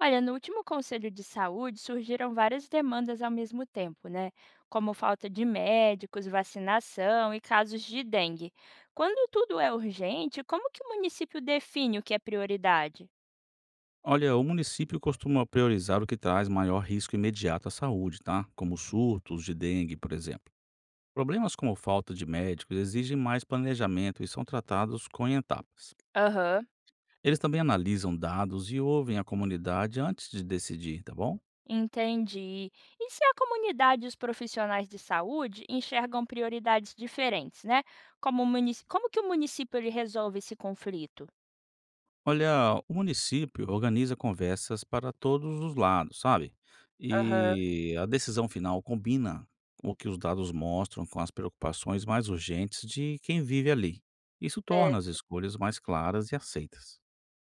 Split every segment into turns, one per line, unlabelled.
Olha, no último Conselho de Saúde surgiram várias demandas ao mesmo tempo, né? Como falta de médicos, vacinação e casos de dengue. Quando tudo é urgente, como que o município define o que é prioridade?
Olha, o município costuma priorizar o que traz maior risco imediato à saúde, tá? Como surtos de dengue, por exemplo. Problemas como falta de médicos exigem mais planejamento e são tratados com etapas.
Aham,
Eles também analisam dados e ouvem a comunidade antes de decidir, tá bom?
entendi. E se a comunidade e os profissionais de saúde enxergam prioridades diferentes, né? Como, como que o município ele resolve esse conflito?
Olha, o município organiza conversas para todos os lados, sabe?
Aham,
E a decisão final combina o que os dados mostram com as preocupações mais urgentes de quem vive ali. Isso
é.
torna as escolhas mais claras e aceitas.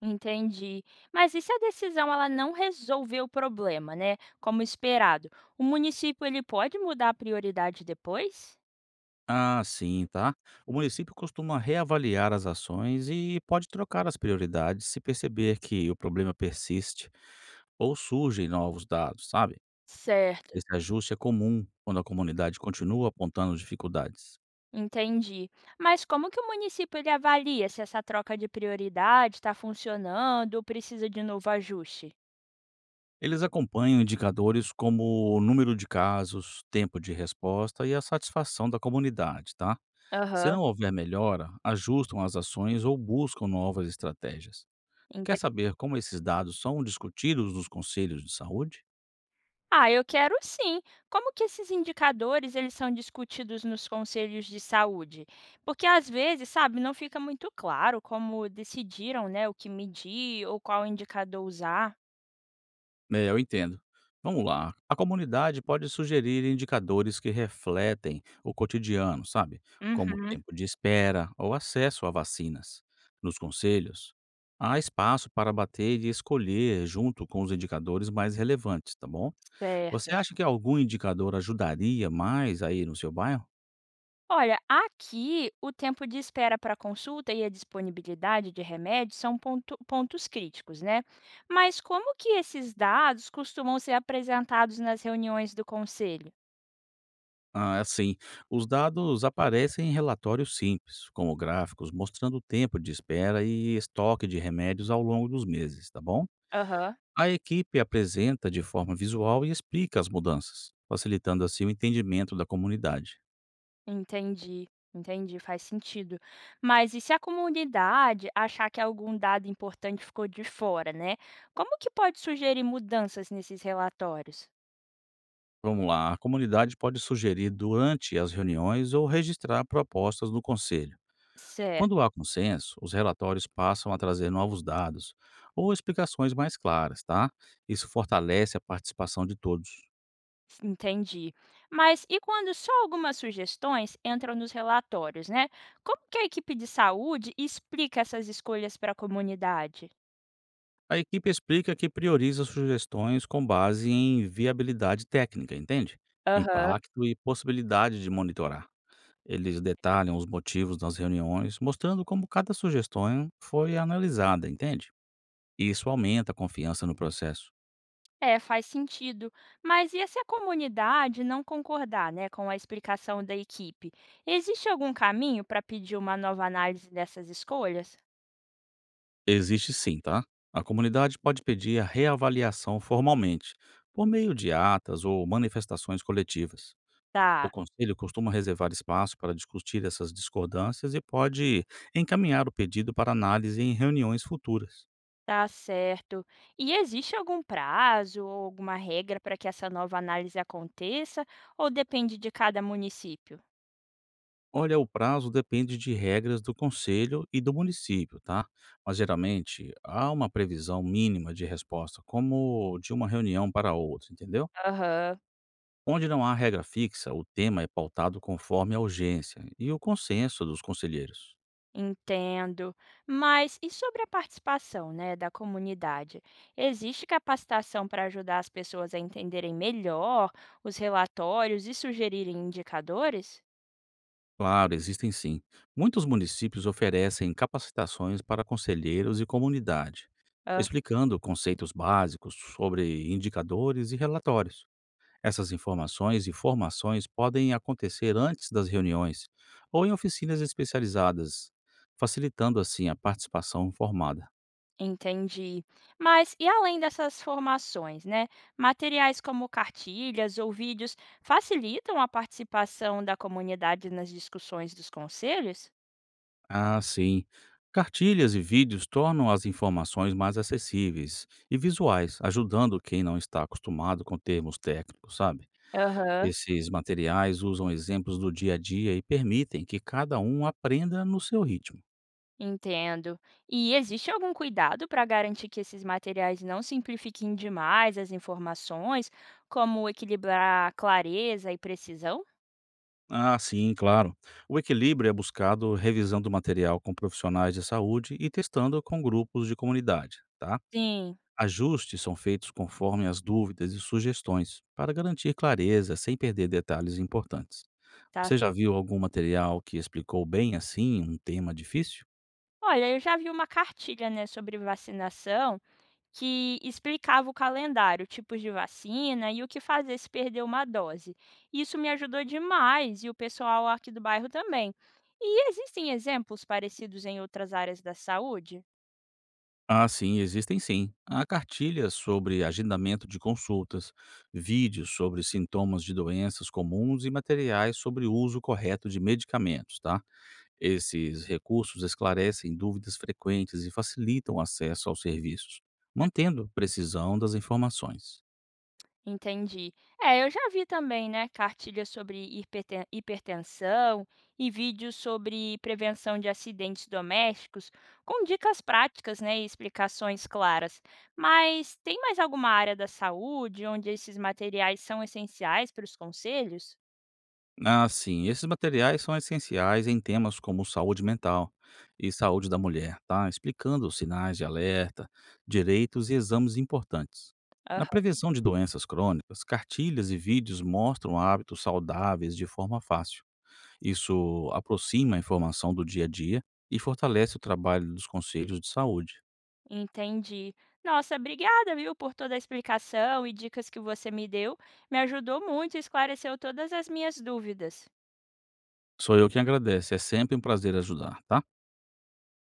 Entendi. Mas e se a decisão ela não resolver o problema, né? Como esperado, o município ele pode mudar a prioridade depois?
Ah, sim, tá? O município costuma reavaliar as ações e pode trocar as prioridades se perceber que o problema persiste ou surgem novos dados, sabe?
Certo.
Esse ajuste é comum quando a comunidade continua apontando dificuldades.
Entendi. Mas como que o município ele avalia se essa troca de prioridade está funcionando ou precisa de novo ajuste?
Eles acompanham indicadores como o número de casos, tempo de resposta e a satisfação da comunidade, tá? Se
Aham.
não houver melhora, ajustam as ações ou buscam novas estratégias. Quer saber como esses dados são discutidos nos conselhos de saúde?
Ah, eu quero sim. Como que esses indicadores eles são discutidos nos conselhos de saúde? Porque às vezes, sabe, não fica muito claro como decidiram, né, o que medir ou qual indicador usar.
É, eu entendo. Vamos lá. A comunidade pode sugerir indicadores que refletem o cotidiano, sabe? Como
Uhum,
tempo de espera ou acesso a vacinas. Nos conselhos, há espaço para bater e escolher junto com os indicadores mais relevantes, tá bom? Você
certo.
acha que algum indicador ajudaria mais aí no seu bairro?
Olha, aqui o tempo de espera para consulta e a disponibilidade de remédios são pontos críticos, né? Mas como que esses dados costumam ser apresentados nas reuniões do conselho?
Ah, assim, os dados aparecem em relatórios simples, como gráficos mostrando o tempo de espera e estoque de remédios ao longo dos meses, tá bom?
Aham.
A equipe apresenta de forma visual e explica as mudanças, facilitando assim o entendimento da comunidade.
Entendi, entendi, faz sentido. Mas e se a comunidade achar que algum dado importante ficou de fora, né? Como que pode sugerir mudanças nesses relatórios?
Vamos lá, a comunidade pode sugerir durante as reuniões ou registrar propostas no conselho.
Certo,
Quando há consenso, os relatórios passam a trazer novos dados ou explicações mais claras, tá? Isso fortalece a participação de todos.
entendi. Mas e quando só algumas sugestões entram nos relatórios, né? Como que a equipe de saúde explica essas escolhas para a comunidade?
A equipe explica que prioriza sugestões com base em viabilidade técnica, entende?
Aham.
Impacto e possibilidade de monitorar. Eles detalham os motivos das reuniões, mostrando como cada sugestão foi analisada, entende? Isso aumenta a confiança no processo.
É, faz sentido. Mas e se a comunidade não concordar, né, com a explicação da equipe? Existe algum caminho para pedir uma nova análise dessas escolhas?
Existe sim, tá? A comunidade pode pedir a reavaliação formalmente, por meio de atas ou manifestações coletivas. O
Tá,
conselho costuma reservar espaço para discutir essas discordâncias e pode encaminhar o pedido para análise em reuniões futuras.
tá certo. E existe algum prazo ou alguma regra para que essa nova análise aconteça? Ou depende de cada município?
Olha, o prazo depende de regras do conselho e do município, tá? Mas geralmente há uma previsão mínima de resposta, como de uma reunião para outra, entendeu?
Aham.
Onde não há regra fixa, o tema é pautado conforme a urgência e o consenso dos conselheiros.
Entendo. Mas e sobre a participação, né, da comunidade? Existe capacitação para ajudar as pessoas a entenderem melhor os relatórios e sugerirem indicadores?
Claro, existem sim. Muitos municípios oferecem capacitações para conselheiros e comunidade,
Ah,
explicando conceitos básicos sobre indicadores e relatórios. Essas informações e formações podem acontecer antes das reuniões ou em oficinas especializadas, facilitando assim a participação informada.
entendi. Mas e além dessas formações, né? Materiais como cartilhas ou vídeos facilitam a participação da comunidade nas discussões dos conselhos?
Ah, sim. Cartilhas e vídeos tornam as informações mais acessíveis e visuais, ajudando quem não está acostumado com termos técnicos, sabe?
Aham.
Esses materiais usam exemplos do dia a dia e permitem que cada um aprenda no seu ritmo.
Entendo. E existe algum cuidado para garantir que esses materiais não simplifiquem demais as informações, como equilibrar clareza e precisão?
Ah, sim, claro. O equilíbrio é buscado revisando o material com profissionais de saúde e testando com grupos de comunidade, tá?
Sim,
Ajustes são feitos conforme as dúvidas e sugestões, para garantir clareza sem perder detalhes importantes.
tá.
Você já viu algum material que explicou bem assim um tema difícil?
Olha, eu já vi uma cartilha, né, sobre vacinação que explicava o calendário, tipos de vacina e o que fazer se perder uma dose. Isso me ajudou demais e o pessoal aqui do bairro também. E existem exemplos parecidos em outras áreas da saúde?
Ah, sim, existem sim. Há cartilhas sobre agendamento de consultas, vídeos sobre sintomas de doenças comuns e materiais sobre o uso correto de medicamentos, tá? Esses recursos esclarecem dúvidas frequentes e facilitam o acesso aos serviços, mantendo a precisão das informações.
Entendi. É, eu já vi também, né, cartilhas sobre hipertensão e vídeos sobre prevenção de acidentes domésticos, com dicas práticas, né, e explicações claras. Mas tem mais alguma área da saúde onde esses materiais são essenciais para os conselhos?
Assim, esses materiais são essenciais em temas como saúde mental e saúde da mulher, tá? Explicando os sinais de alerta, direitos e exames importantes. Na
Aham.
prevenção de doenças crônicas, cartilhas e vídeos mostram hábitos saudáveis de forma fácil. Isso aproxima a informação do dia a dia e fortalece o trabalho dos conselhos de saúde.
Entendi. Nossa, obrigada, viu, por toda a explicação e dicas que você me deu. Me ajudou muito e esclareceu todas as minhas dúvidas.
Sou eu quem agradece, é sempre um prazer ajudar, tá?